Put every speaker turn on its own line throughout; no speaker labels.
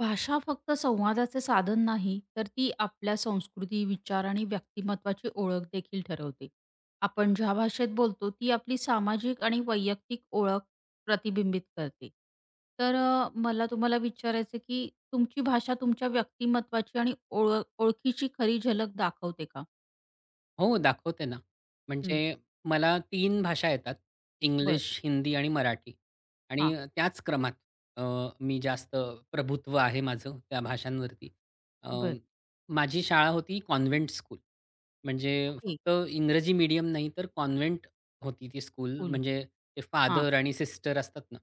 भाषा फक्त संवादाचे साधन नाही, तर ती आपल्या संस्कृती, विचार आणि व्यक्तिमत्त्वाची ओळख देखील ठरवते. आपण ज्या भाषेत बोलतो, ती आपली सामाजिक आणि वैयक्तिक ओळख प्रतिबिंबित करते. तर मला तुम्हाला विचारायचं आहे, की तुमची भाषा तुमच्या व्यक्तिमत्त्वाची आणि ओळखीची खरी झलक दाखवते का?
हो, दाखवते ना. म्हणजे
हं.
मला 3 भाषा येतात.
बरं.
इंग्लिश, हिंदी आणि मराठी
हां.
आणि त्याच क्रमात अ, मी जास्त प्रभुत्व आहे माझं त्या भाषांवरती. अ,
बरं.
माझी शाळा होती कॉन्व्हेंट स्कूल. म्हणजे
ओके.
फक्त इंग्रजी मीडियम नाही, तर कॉन्व्हेंट होती ती स्कूल.
कूल.
म्हणजे ते
हां.
फादर आणि सिस्टर असतात ना.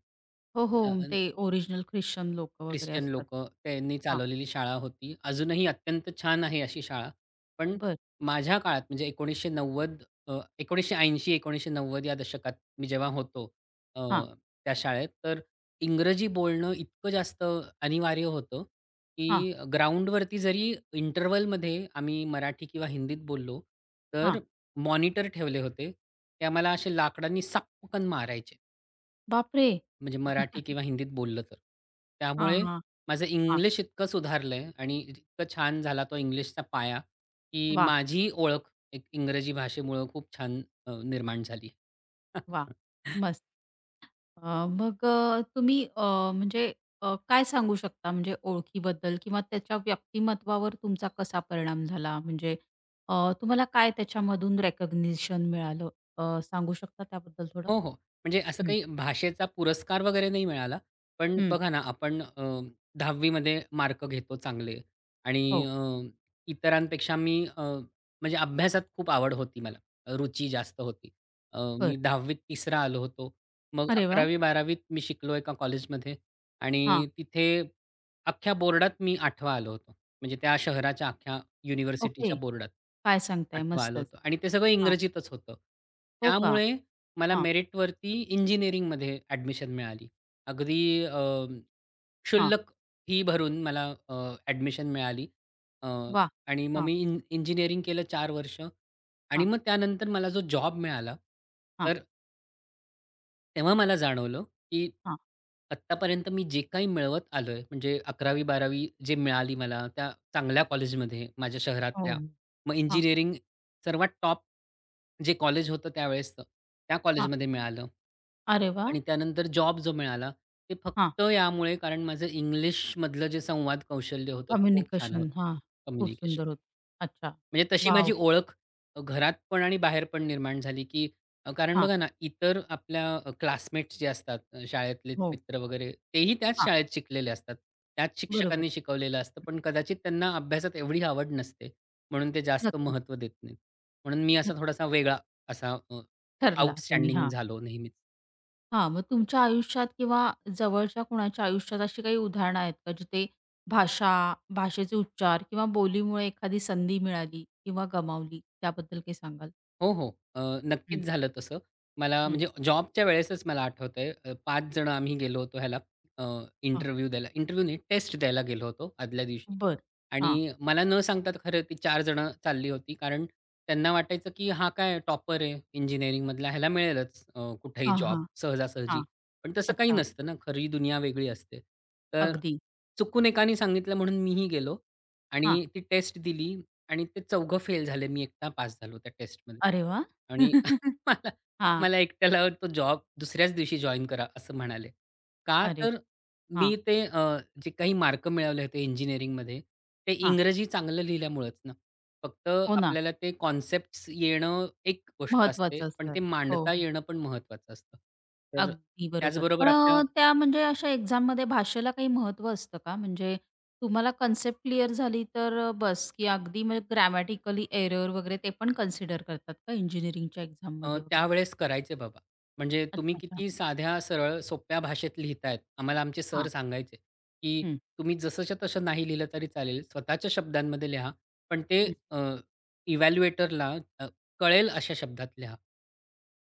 हो, हो. ते ओरिजिनल ख्रिश्चन लोकं वगैरे
ख्रिश्चन
असतात.
लोक त्यांनी
हां.
चालवलेली शाळा होती. अजूनही अत्यंत छान आहे अशी शाळा. पण
बरं.
माझ्या काळात म्हणजे 1980-1990 या दशकात मी जेव्हा होतो अ,
हां,
त्या शाळेत, तर इंग्रजी बोलणं इतकं जास्त अनिवार्य होतं, की
हां,
ग्राउंडवरती जरी इंटरव्हलमध्ये आम्ही मराठी किंवा हिंदीत बोललो, तर
हां.
मॉनिटर ठेवले होते. ते आम्हाला असे लाकडांनी सपकन मारायचे.
बापरे!
म्हणजे मराठी किंवा हिंदीत बोललं तर.
हां,
त्यामुळे
हां,
माझं
हां.
इंग्लिश इतकं सुधारलंय आणि इतकं छान झाला तो इंग्लिशचा पाया, की
वाह!
माझी ओळख एक इंग्रजी भाषेमुळं खूप छान निर्माण झाली.
वाह! मस्त. अ, मग अ, तुम्ही अ, म्हणजे अ, काय सांगू शकता म्हणजे ओळखीबद्दल किंवा त्याच्या व्यक्तिमत्त्वावर तुमचा कसा परिणाम झाला? म्हणजे तुम्हाला काय त्याच्यामधून रिकॉग्निशन मिळालं? सांगू शकता त्याबद्दल थोडं?
हो, हो. म्हणजे असं
हं,
काही भाषेचा पुरस्कार वगैरे नाही मिळाला. पण
हं.
बघा ना, आपण 10वी मार्क घेतो चांगले आणि
हो,
इतरांपेक्षा मी म्हणजे अभ्यासात खूप आवड होती मला. रुची जास्त होती. मी
बरं.
10वीत 3रा आलो होतो. मग
अरे वाह!
11वी-12वीत मी शिकलो एका कॉलेजमध्ये
हां,
आणि तिथे अख्ख्या बोर्डात मी 8वा आलो होतो. म्हणजे त्या शहराच्या अख्ख्या
ओके.
युनिव्हर्सिटीच्या बोर्डात
काय सांगताय?
8वा आलो
मस्तच.
होतो आणि ते सगळं
हां,
इंग्रजीतच होतं.
हो का?
त्यामुळे मला
हां,
मेरिटवरती इंजिनिअरिंगमध्ये ॲडमिशन मिळाली. अगदी अ,
हां.
क्षुल्लक फी भरून मला अ, ॲडमिशन मिळाली. अ,
वाह!
आणि मग
हां,
मी इंजिनिअरिंग केलं 4 वर्ष आणि
हां,
मग त्यानंतर मला जो जॉब मिळाला,
हां,
तर तेव्हा मला जाणवलं, की
हां.
आत्तापर्यंत मी जे काही मिळवत आलोय, म्हणजे 11वी-12वी जे मिळाली मला त्या चांगल्या कॉलेजमध्ये माझ्या
हो,
शहरातल्या. मग
हां,
इंजिनिअरिंग सर्वात टॉप जे कॉलेज होतं त्यावेळेसचं, त्या
हां.
कॉलेजमध्ये मिळालं.
अरे वाह!
आणि त्यानंतर जॉब जो मिळाला, ते
हां.
फक्त यामुळे कारण माझं इंग्लिशमधलं जे संवाद कौशल्य होतं, ते खूप छान
कम्युनिकेशन.
होतं.
हा, खूप
कम्युनिकेशन.
सुंदर होतं. अच्छा.
म्हणजे तशी माझी
वॉव!
ओळख घरात पण आणि बाहेर पण निर्माण झाली, की कारण
हा,
बघा ना, इतर आपल्या क्लासमेट्स जे असतात, शाळेतलेच
हो,
मित्र वगैरे, तेही त्याच
हां,
शाळेत शिकलेले असतात. त्याच
बरोबर.
शिक्षकांनी शिकवलेलं असतं, पण कदाचित त्यांना अभ्यासात एवढी आवड नसते, म्हणून ते जास्त
नक्कीच,
महत्त्व देत नाहीत. म्हणून मी असा
नक्कीच.
थोडासा वेगळा असा
ठरला तुम्ही.
आउटस्टँडिंग
हा,
झालो नेहमीच.
हां. मग तुमच्या आयुष्यात किंवा जवळच्या कुणाच्या आयुष्यात अशी काही उदाहरणं आहेत का जिथे भाषा, भाषेचे उच्चार किंवा बोलीमुळे एखादी संधी मिळाली किंवा गमावली? त्याबद्दल काही सांगाल?
हो, हो. अ,
हं,
नक्कीच झालं तसं. मला
हं.
म्हणजे जॉबच्या वेळेसच मला आठवतंय 5 जण आम्ही गेलो होतो ह्याला अ,
हां,
इंटरव्ह्यू द्यायला. इंटरव्ह्यू नाही, टेस्ट द्यायला गेलो होतो आदल्या दिवशी.
बरं. हां,
आणि मला न सांगता खरं ती 4 जण चालली होती. कारण त्यांना वाटायचं, की हा काय टॉपर आहे इंजिनिअरिंगमधला, ह्याला मिळेलच कुठेही
हां,
जॉब
हां,
सहजासहजी.
हां.
पण तसं काही
अच्छा.
नसतं ना, खरी दुनिया वेगळी असते. तर
अगदी.
चुकून एकाने सांगितलं म्हणून मीही गेलो
हां.
आणि ती टेस्ट दिली आणि ते चौघं फेल झाले. मी एकटा पास झालो त्या टेस्टमध्ये.
अरे वाह! हां.
आणि मला मला एकट्याला तो जॉब दुसऱ्याच दिवशी जॉइन करा असं म्हणाले. का
अरे
तर
हां,
मी ते जे काही मार्क मिळवले होते इंजिनिअरिंगमध्ये ते
हां.
इंग्रजी चांगलं लिहिल्यामुळेच ना. फक्त
हो ना.
आपल्याला ते कॉन्सेप्ट्स येणं एक गोष्ट असते,
महत्वाचं
पण
असतं.
ते
हो,
मांडता
हो.
येणं पण महत्वाचं असतं. तर
अगदी बरोबर.
त्याचबरोबर
पण
आपल्या
त्या म्हणजे अशा एक्झाममध्ये भाषेला काही महत्त्व असतं का? म्हणजे तुम्हाला कन्सेप्ट क्लिअर झाली तर बस, की अगदी म्हणजे ग्रॅमॅटिकली एरर वगैरे ते पण कन्सिडर करतात का इंजिनिअरिंगच्या एक्झाममध्ये वगैरे?
त्यावेळेस करायचे बाबा. म्हणजे
अच्छा,
तुम्ही
अच्छा.
किती साध्या, सरळ, सोप्या भाषेत लिहितायत, आम्हाला आमचे सर
हां.
सांगायचे, की
हं,
तुम्ही जसंच्या तसं नाही लिहिलं तरी चालेल. स्वतःच्या शब्दांमध्ये लिहा. पण ते
हं.
अ, इव्हॅल्युएटरला कळेल अशा शब्दात लिहा.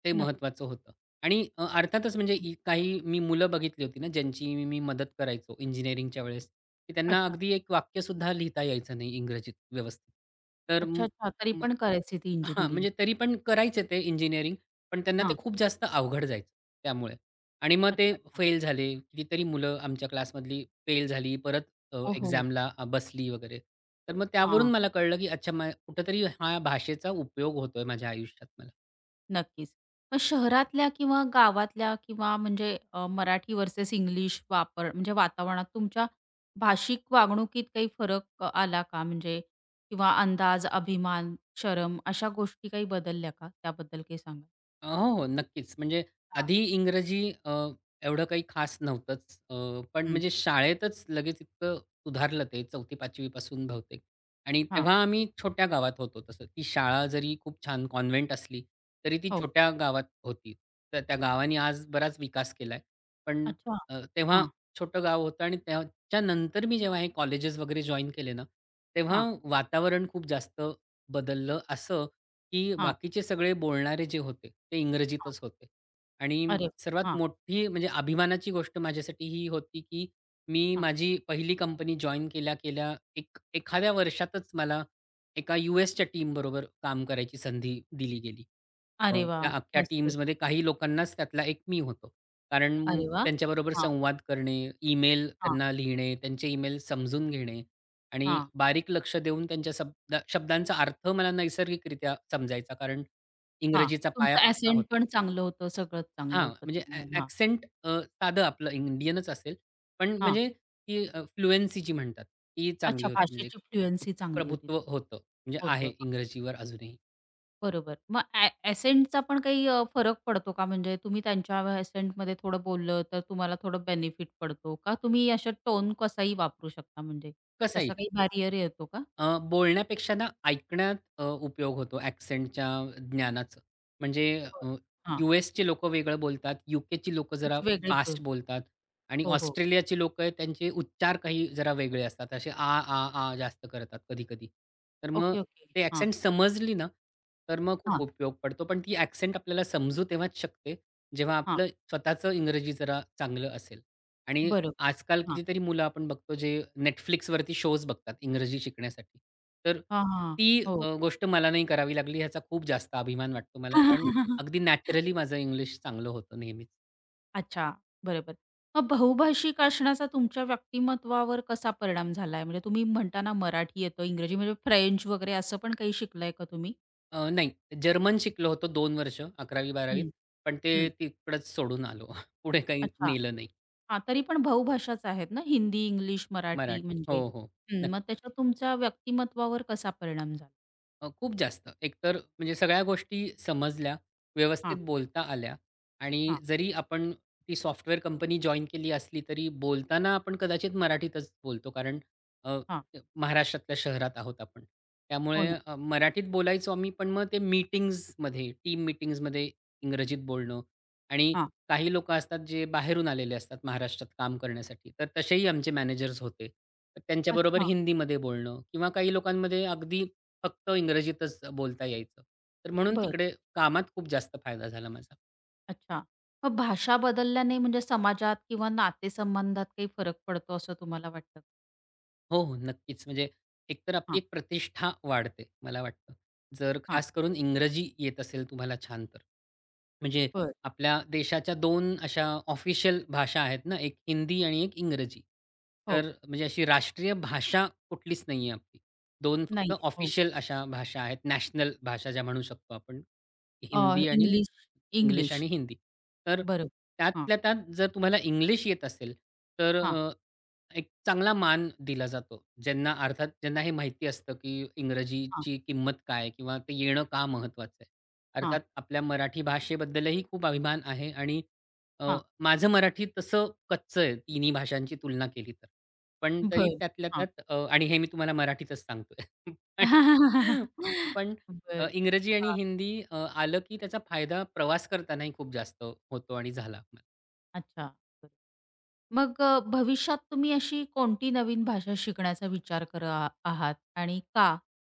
ते
नक्की.
महत्त्वाचं होतं. आणि
अगदी.
अर्थातच म्हणजे काही मी मुलं बघितली होती ना, ज्यांची मी मी मदत करायचो इंजिनिअरिंगच्या वेळेस, की त्यांना
अच्छा.
अगदी एक वाक्यसुद्धा लिहिता यायचं नाही इंग्रजीत व्यवस्थित. तर
अच्छा, अच्छा. तरी
मग
पण करायची ती
हां,
इंजिनिअरिंग.
म्हणजे तरी पण करायचे ते इंजिनिअरिंग, पण त्यांना ते
हां.
खूप जास्त अवघड जायचं त्यामुळे. आणि मग ते
अच्छा, अच्छा.
फेल झाले. कितीतरी मुलं आमच्या क्लासमधली फेल झाली. परत
ओहो!
एक्झामला बसली वगैरे. तर मग त्यावरून मला कळलं, की अच्छा, कुठेतरी हा भाषेचा उपयोग होतोय माझ्या आयुष्यात मला.
नक्कीच. मग शहरातल्या किंवा गावातल्या किंवा म्हणजे मराठी व्हर्सेस इंग्लिश वापर म्हणजे वातावरणात तुमच्या भाषिक वागणुकीत काही फरक आला का? म्हणजे किंवा अंदाज, अभिमान, शरम अशा गोष्टी काही बदलल्या का? त्याबद्दल काही सांगा?
हो, हो. नक्कीच. म्हणजे
हां.
आधी इंग्रजी एवढं काही खास नव्हतंच. पण
हं.
म्हणजे शाळेतच लगेच इतकं सुधारलं ते 4थी-5वी पासून बहुतेक. आणि
हां.
तेव्हा आम्ही छोट्या गावात होतो तसं. ती शाळा जरी खूप छान कॉन्व्हेंट असली, तरी ती
हो.
छोट्या गावात होती. तर त्या गावाने आज बराच विकास केलाय. पण
अच्छा.
तेव्हा
हा
छोटं गाव होतं आणि त्याच्यानंतर मी जेव्हा हे कॉलेजेस वगैरे जॉइन केले ना, तेव्हा
हां,
वातावरण खूप जास्त बदललं असं की
हा
बाकीचे सगळे बोलणारे जे होते, ते
हां.
इंग्रजीतच होते. आणि
अरे
सर्वात
हां,
मोठी म्हणजे अभिमानाची गोष्ट माझ्यासाठी ही होती, की मी
हां.
माझी पहिली कंपनी जॉइन केल्या-केल्या एखाद्या वर्षातच मला एका यू-एसच्या टीमबरोबर काम करायची संधी दिली गेली.
अरे
त्या
वाह!
अख्ख्या
मस्तच.
टीम्समध्ये काही लोकांनाच त्यातला एक मी होतो. कारण
अरे वाह!
त्यांच्याबरोबर
हां,
संवाद करणे, ईमेल
हां,
त्यांना लिहिणे, त्यांचे ईमेल समजून घेणे आणि
हां,
बारीक लक्ष देऊन त्यांच्या शब्दांचा अर्थ मला नैसर्गिकरित्या समजायचा, कारण
हां.
इंग्रजीचा पाया
तुमचं
पक्का
ॲसेंट
होता.
पण चांगलं होतं, सगळंच चांगलं
हां,
होतं
म्हणजे ॲ
त्यामुळे. हां,
ॲक्सेंट साधं आपलं इंडियनच असेल, पण
हां.
म्हणजे ती फ्लुएन्सी जी म्हणतात, ती चांगली
अच्छा,
होती. म्हणजे
भाषेची
ते
फ्लुएन्सी चांगली होती.
प्रभुत्व होतं, म्हणजे
होतं.
आहे
हां,
इंग्रजीवर अजूनही.
बरोबर. मग ॲसेंटचा पण काही फरक पडतो का? म्हणजे तुम्ही त्यांच्या ॲसेंटमध्ये थोडं बोललं, तर तुम्हाला थोडं बेनिफिट पडतो का? तुम्ही अशा टोन कसाही वापरू शकता म्हणजे
कसंही.
तसा काही बॅरियर येतो का?
बोलण्यापेक्षा ना ऐकण्यात उपयोग होतो ॲक्सेंटच्या ज्ञानाचं. म्हणजे
बरं.
अ,
हां,
यू-एसची लोकं वेगळं बोलतात, यूकेची लोकं जरा
त्याची वेगळी टोन.
फास्ट बोलतात आणि
हो, हो.
ऑस्ट्रेलियाची लोक आहेत त्यांचे उच्चार काही जरा वेगळे असतात. असे आ, आ, आ जास्त करतात कधी-कधी. तर मग
ओके, ओके.
ते
हां,
ॲक्सेंट समजली ना, तर मग खूप
हां,
उपयोग पडतो. पण ती ॲक्सेंट आपल्याला समजू तेव्हाच शकते, जेव्हा
हां.
आपलं स्वतःचं इंग्रजी जरा चांगलं असेल आणि
बरोबर.
आजकाल
हां,
कितीतरी मुलं आपण बघतो जे Netflixवरती शोज बघतात इंग्रजी शिकण्यासाठी. तर
हां, हां.
ती
हो.
गोष्ट मला नाही करावी लागली ह्याचा खूप जास्त अभिमान वाटतो मला. कारण अगदी नॅचरली माझं इंग्लिश चांगलं होतं नेहमीच.
अच्छा, बरोबर. मग बहुभाषिक असण्याचा तुमच्या व्यक्तिमत्त्वावर कसा परिणाम झालाय? म्हणजे तुम्ही म्हणताना मराठी येतं, इंग्रजी म्हणजे फ्रेंच वगैरे असं पण काही शिकलाय का तुम्ही?
नाही जर्मन शिकलो होतो 2 वर्ष 11वी-12वीत
हं,
पण ते
हं.
तिकडंच सोडून आलो. पुढे काही
अच्छा.
नेलं नाही
हां, तरी पण बहुभाषाच आहेत ना हिंदी, इंग्लिश, मराठी
मराठी.
म्हणजे
हो, हो.
हं, मग त्याच्यात तुमच्या व्यक्तिमत्त्वावर कसा परिणाम झाला?
खूप जास्त. एकतर म्हणजे सगळ्या गोष्टी समजल्या, व्यवस्थित
हां,
बोलता आल्या आणि
हां,
जरी आपण ती सॉफ्टवेअर कंपनी जॉइन केली असली, तरी बोलताना आपण कदाचित मराठीतच बोलतो. कारण अ,
हां.
महाराष्ट्रातल्या शहरात आहोत आपण.
हो
त्यामुळे
ना.
मराठीत बोलायचो आम्ही, पण मग ते मीटिंग्जमध्ये, टीम मीटिंग्जमध्ये इंग्रजीत बोलणं आणि
हां.
काही लोकं असतात, जे बाहेरून आलेले असतात महाराष्ट्रात काम करण्यासाठी. तर तसेही आमचे मॅनेजर्स होते. तर त्यांच्याबरोबर
अच्छा.
हिंदीमध्ये बोलणं किंवा काही लोकांमध्ये अगदी फक्त इंग्रजीतच बोलता यायचं. तर म्हणून
बरं.
तिकडे कामात खूप जास्त फायदा झाला माझा.
अच्छा. मग भाषा बदलल्याने म्हणजे समाजात किंवा नातेसंबंधात काही फरक पडतो असं तुम्हाला वाटतं?
हो, हो. नक्कीच. म्हणजे एकतर आपली
हां,
एक प्रतिष्ठा वाढते, मला वाटतं. जर
हां.
खास करून इंग्रजी येत असेल तुम्हाला छान तर. म्हणजे
बरं.
आपल्या देशाच्या दोन अशा ऑफिशियल भाषा आहेत ना, एक हिंदी आणि एक इंग्रजी.
हो.
तर म्हणजे अशी राष्ट्रीय भाषा कुठलीच नाहीये आपली. दोन फक्त
नाहीये. हो.
ऑफिशियल अशा भाषा आहेत, नॅशनल भाषा ज्या म्हणू शकतो आपण. हिंदी आणि
इंग्लिश
इंग्लिश
इंग्लिश.
आणि हिंदी. तर
बरोबर. हां,
त्यातल्या त्यात जर तुम्हाला इंग्लिश येत असेल, तर
हां,
एक चांगला मान दिला जातो. ज्यांना अर्थात ज्यांना हे माहिती असतं, की
हां,
इंग्रजीची किंमत काय किंवा ते येणं का महत्त्वाचं आहे.
हां,
अर्थात आपल्या मराठी भाषेबद्दलही खूप अभिमान आहे आणि अ,
हां.
माझं मराठी तसं कच्चं आहे तिन्ही भाषांची तुलना केली तर. पण तरी
बरं.
त्यातल्या
हां.
त्यात आणि हे मी तुम्हाला मराठीतच सांगतोय. पण पण
बरं, बरं.
इंग्रजी आणि
हां.
हिंदी आलं की त्याचा फायदा प्रवास करतानाही खूप जास्त होतो आणि झाला.
अच्छा. बरं. मग भविष्यात तुम्ही अशी कोणती नवीन भाषा शिकण्याचा विचार करत आहात आणि का?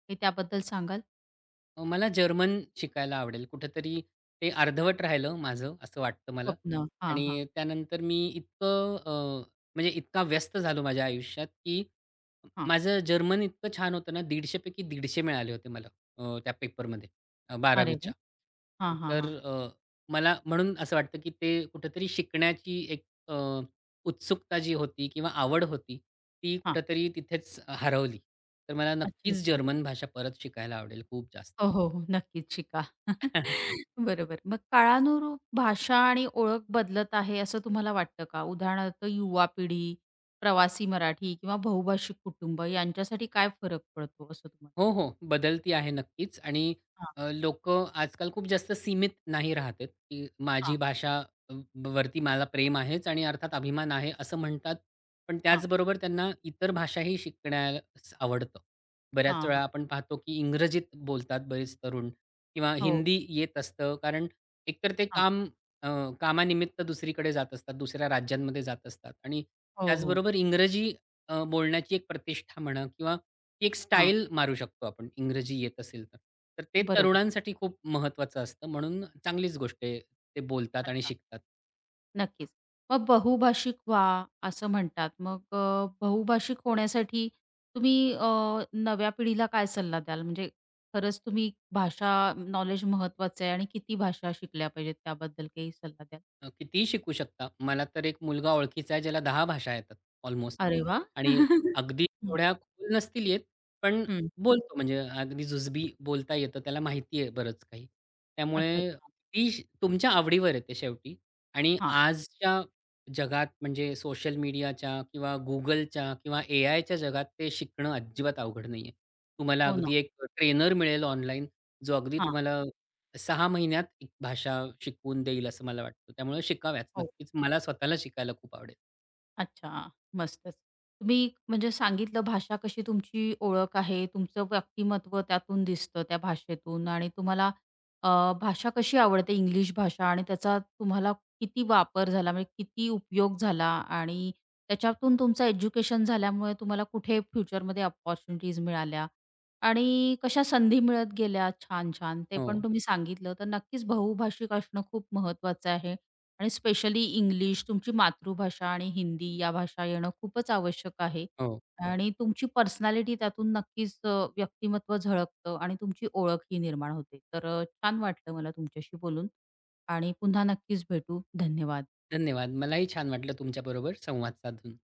हे त्याबद्दल सांगाल?
मला जर्मन शिकायला आवडेल. कुठेतरी ते अर्धवट राहिलं माझं असं वाटतं मला
स्वप्न. हां, हां,
आणि त्यानंतर मी इतकं म्हणजे इतका व्यस्त झालो माझ्या आयुष्यात, की
हां.
माझं जर्मन इतकं छान होतं ना 150 पैकी मिळाले होते मला त्या पेपरमध्ये
अरे वाह!
12वीच्या.
हां, हां,
तर
हां,
मला म्हणून असं वाटतं, की ते कुठेतरी शिकण्याची एक उत्सुकता जी होती किंवा आवड होती, ती
हां.
कुठेतरी तिथेच हरवली. तर मला नक्कीच
अच्छा.
जर्मन भाषा परत शिकायला आवडेल खूप जास्त.
हो, हो, हो. नक्कीच शिका. बरोबर. मग काळानुरूप भाषा आणि ओळख बदलत आहे असं तुम्हाला वाटतं का? उदाहरणार्थ युवा पिढी, प्रवासी मराठी किंवा बहुभाषिक कुटुंब यांच्यासाठी काय फरक पडतो असं तुम्हाला?
हो, हो. बदलती आहे नक्कीच आणि
हां,
लोकं आजकाल खूप जास्त सीमित नाही राहत आहेत, की माझी
हां,
भाषा अ, वरती मला प्रेम आहेच आणि अर्थात अभिमान आहे असं म्हणतात. पण
हां,
त्याचबरोबर त्यांना इतर भाषाही शिकण्यास आवडतं. बऱ्याच
हां,
वेळा
हां.
आपण पाहतो, की इंग्रजीत बोलतात बरेच तरुण किंवा
हो,
हिंदी येत असतं. कारण एकतर ते
हां.
अ, कामानिमित्त दुसरीकडे जात असतात, दुसऱ्या राज्यांमध्ये जात असतात आणि
हो, हो.
त्याचबरोबर इंग्रजी बोलण्याची एक प्रतिष्ठा म्हणा किंवा एक
हां.
स्टाईल मारू शकतो आपण इंग्रजी येत असेल तर. तर ते
बरोबर.
तरुणांसाठी खूप महत्वाचं असतं म्हणून चांगलीच गोष्ट आहे. ते बोलतात आणि
अच्छा.
शिकतात.
नक्कीच. मग बहुभाषिक व्हा, असं म्हणतात. मग बहुभाषिक होण्यासाठी तुम्ही नव्या पिढीला काय सल्ला द्याल? म्हणजे खरंच तुम्ही भाषा नॉलेज महत्वाचं आहे आणि किती भाषा शिकल्या पाहिजेत त्याबद्दल काही सल्ला द्याल?
कितीही शिकू शकता. मला तर एक मुलगा ओळखीचा आहे, ज्याला 10 भाषा येतात ऑलमोस्ट
अरे वा
आणि
हं.
अगदी एवढ्या खोल नसतील येत, पण
हं.
बोलतो म्हणजे अगदी जुजबी बोलता येतं. त्याला माहिती आहे बरंच काही.
अच्छा,
त्यामुळे
अच्छा.
ती श तुमच्या आवडीवर येते शेवटी आणि
हां.
आजच्या जगात म्हणजे सोशल मीडियाच्या किंवा Googleच्या किंवा एआयच्या जगात ते शिकणं अजिबात अवघड नाहीये. तुम्हाला
हो ना.
अगदी एक ट्रेनर मिळेल ऑनलाईन, जो अगदी
हां.
तुम्हाला 6 महिन्यात एक भाषा शिकवून देईल असं मला वाटतं. त्यामुळे शिकाव्याच
हो.
नक्कीच. मला स्वतःला शिकायला खूप आवडेल.
अच्छा, मस्तच. तुम्ही म्हणजे सांगितलं भाषा कशी तुमची ओळख आहे, तुमचं व्यक्तिमत्व त्यातून दिसतं त्या भाषेतून आणि तुम्हाला अ, भाषा कशी आवडते इंग्लिश भाषा आणि त्याचा तुम्हाला किती वापर झाला, म्हणजे किती उपयोग झाला आणि त्याच्यातून तुमचं एज्युकेशन झाल्यामुळे तुम्हाला कुठे फ्युचरमध्ये अपॉर्च्युनिटीज मिळाल्या आणि कशा संधी मिळत गेल्या छान-छान, ते पण
हो,
तुम्ही सांगितलं. तर नक्कीच बहुभाषिक असणं खूप महत्त्वाचं आहे. आणि स्पेशली इंग्लिश, तुमची मातृभाषा आणि हिंदी या भाषा येणं खूपच आवश्यक आहे.
हो.
हो. आणि तुमची पर्सनॅलिटी त्यातून नक्कीच व्यक्तिमत्व झळकतं आणि तुमची ओळख ही निर्माण होते. तर छान वाटलं मला तुमच्याशी बोलून आणि पुन्हा नक्कीच भेटू. धन्यवाद.
धन्यवाद. मलाही छान वाटलं तुमच्याबरोबर संवाद साधून.